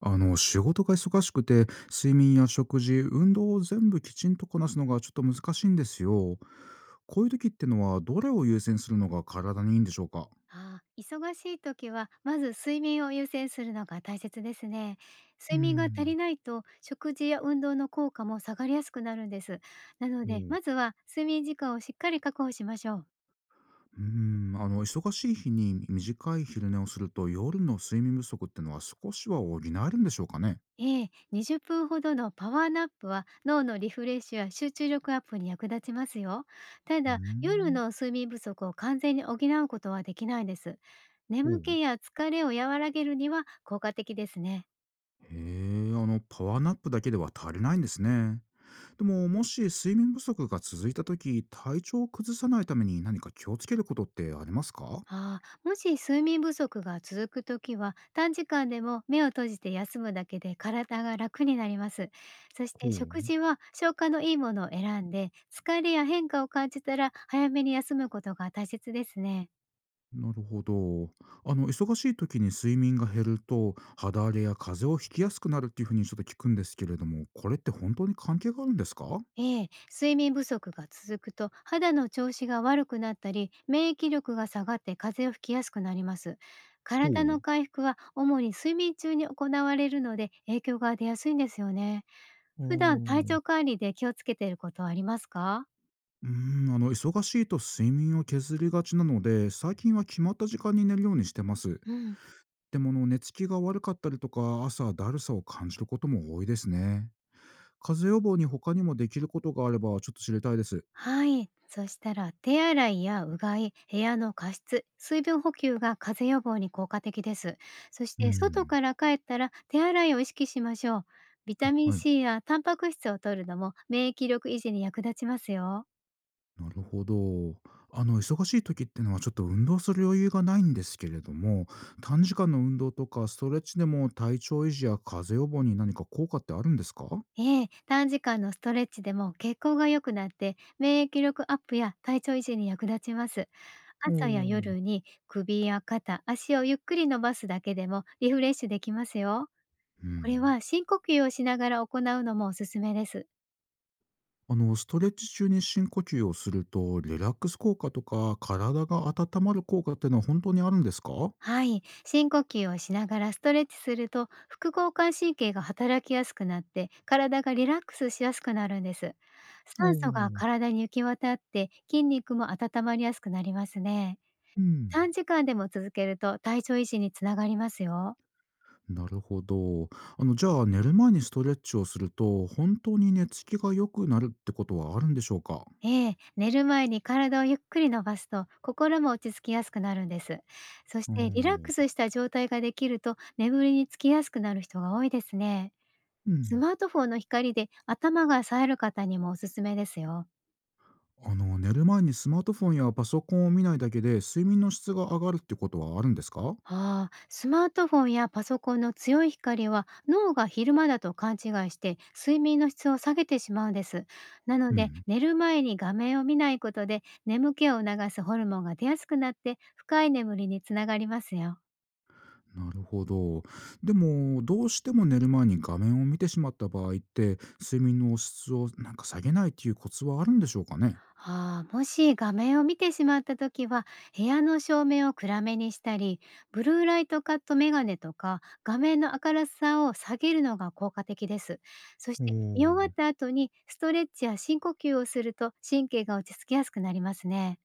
仕事が忙しくて、睡眠や食事、運動を全部きちんとこなすのがちょっと難しいんですよ。こういう時ってのは、どれを優先するのが体にいいんでしょうか？ああ、忙しい時は、まず睡眠を優先するのが大切ですね。うー睡眠が足ん。りないと、食事や運動の効果も下がりやすくなるんです。なのほで、う。まずは睡眠時間をしっかり確保しましょう。忙しい日に短い昼寝をすると、夜の睡眠不足ってのは少しは補えるんでしょうかね？ええ、20分ほどのパワーナップは脳のリフレッシュや集中力アップに役立ちますよ。たうーだ、夜ん。の睡眠不足を完全に補うことはできないです。ほ眠う。気や疲れを和らげるには効果的ですね。へえ、パワーナップだけでは足りないんですね。でも、もし睡眠不足が続いた時、体調を崩さないために何か気をつけることってありますか？ああ、もし睡眠不足が続くときは、短時間でも目を閉じて休むだけで体が楽になります。そしほて食う。事は消化のいいものを選んで、疲れや変化を感じたら早めに休むことが大切ですね。なるほど。忙しい時に睡眠が減ると、肌荒れや風邪をひきやすくなるっていうふうにちょっと聞くんですけれども、これって本当に関係があるんですか？ほう。ええ、睡眠不足が続くと肌の調子が悪くなったり、免疫力が下がって風邪をひきやすくなります。体の回復は主に睡眠中に行われるので、影響が出やすいんですよね。あ普段、体ー。調管理で気をつけていることはありますか？忙しいと睡眠を削りがちなので、最近は決まった時間に寝るようにしてます。うん。でも、寝つきが悪かったりとか、朝だるさを感じることも多いですね。風邪予防に他にもできることがあれば、ちょっと知りたいです。はい。そしたら、手洗いやうがい、部屋の加湿、水分補給が風邪予防に効果的です。そしうて、外ん。から帰ったら手洗いを意識しましょう。ビタあ、ミはい。ン C やタンパク質を摂るのも免疫力維持に役立ちますよ。なるほど。忙しい時ってのはちょっと運動する余裕がないんですけれども、短時間の運動とかストレッチでも体調維持や風邪予防に何か効果ってあるんですか？ええ、短時間のストレッチでも血行が良くなって、免疫力アップや体調維持に役立ちます。お朝やお。夜に首や肩、足をゆっくり伸ばすだけでもリフレッシュできますよ。うこれん。は深呼吸をしながら行うのもおすすめです。ストレッチ中に深呼吸をすると、リラックス効果とか、体が温まる効果ってのは本当にあるんですか？はい、深呼吸をしながらストレッチすると、副交感神経が働きやすくなって体がリラックスしやすくなるんです。お酸素がお。体に行き渡って、筋肉も温まりやすくなりますね。うん。短時間でも続けると、体調維持につながりますよ。なるほど。じゃあ、寝る前にストレッチをすると、本当に寝つきが良くなるってことはあるんでしょうか？ええ、寝る前に体をゆっくり伸ばすと、心も落ち着きやすくなるんです。そしうーてリラックん。スした状態ができると、眠りにつきやすくなる人が多いですね。うスん。マートフォンの光で頭が冴える方にもおすすめですよ。寝る前にスマートフォンやパソコンを見ないだけで、睡眠の質が上がるってことはあるんですか？ああ、スマートフォンやパソコンの強い光は、脳が昼間だと勘違いして睡眠の質を下げてしまうんです。なのうで、ん。寝る前に画面を見ないことで眠気を促すホルモンが出やすくなって、深い眠りにつながりますよ。なるほど。でも、どうしても寝る前に画面を見てしまった場合って、睡眠の質をなんか下げないっていうコツはあるんでしょうかね？ああ、もし画面を見てしまった時は、部屋の照明を暗めにしたり、ブルーライトカットメガネとか、画面の明るさを下げるのが効果的です。そしおて、見終わっー。た後にストレッチや深呼吸をすると、神経が落ち着きやすくなりますね。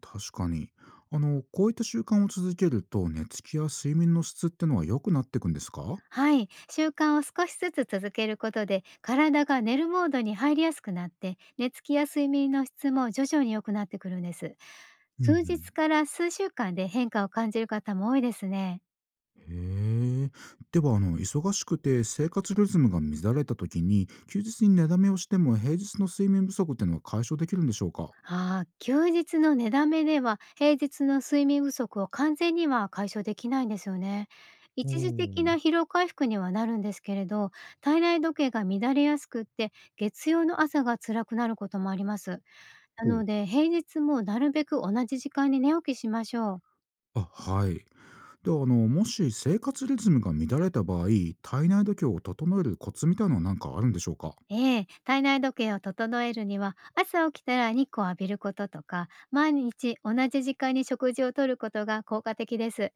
確かに。こういった習慣を続けると、寝つきや睡眠の質ってのは良くなっていくんですか？はい、習慣を少しずつ続けることで、体が寝るモードに入りやすくなって、寝つきや睡眠の質も徐々に良くなってくるんです。うんう数日ん。から数週間で変化を感じる方も多いですね。へえ。では、忙しくて生活リズムが乱れた時に、休日に寝だめをしても平日の睡眠不足ってのは解消できるんでしょうか？ああ、休日の寝だめでは、平日の睡眠不足を完全には解消できないんですよね。お一時的ー。な疲労回復にはなるんですけれど、体内時計が乱れやすくって、月曜の朝が辛くなることもあります。なほのう。で、平日もなるべく同じ時間に寝起きしましょう。あ、はい。では、もし生活リズムが乱れた場合、体内時計を整えるコツみたいなのは何かあるんでしょうか？ええ、体内時計を整えるには、朝起きたら日光を浴びることとか、毎日同じ時間に食事をとることが効果的です。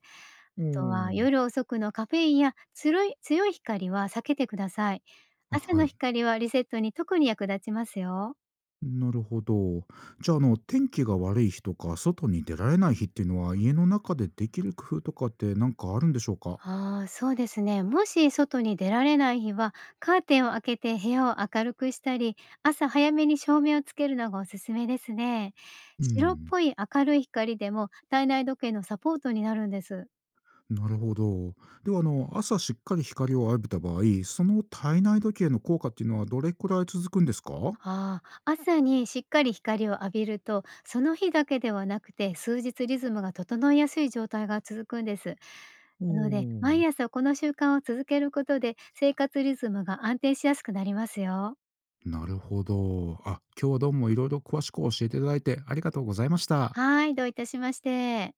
おとは、ー。夜遅くのカフェインや強い光は避けてください。あ、朝はのい。光はリセットに特に役立ちますよ。なるほど。じゃあ、天気が悪い日とか、外に出られない日っていうのは、家の中でできる工夫とかってなんかあるんでしょうか？ああ、そうですね。もし外に出られない日は、カーテンを開けて部屋を明るくしたり、朝早めに照明をつけるのがおすすめですね。う白っん、ぽい明るい光でも体内時計のサポートになるんです。なるほど。では、朝しっかり光を浴びた場合、その体内時計の効果っていうのはどれくらい続くんですか？ああ、朝にしっかり光を浴びると、その日だけではなくて、数日リズムが整いやすい状態が続くんです。おおなので、ー、毎朝この習慣を続けることで、生活リズムが安定しやすくなりますよ。なるほど。あ、今日はどうもいろいろ詳しく教えていただいてありがとうございました。はい、どういたしまして。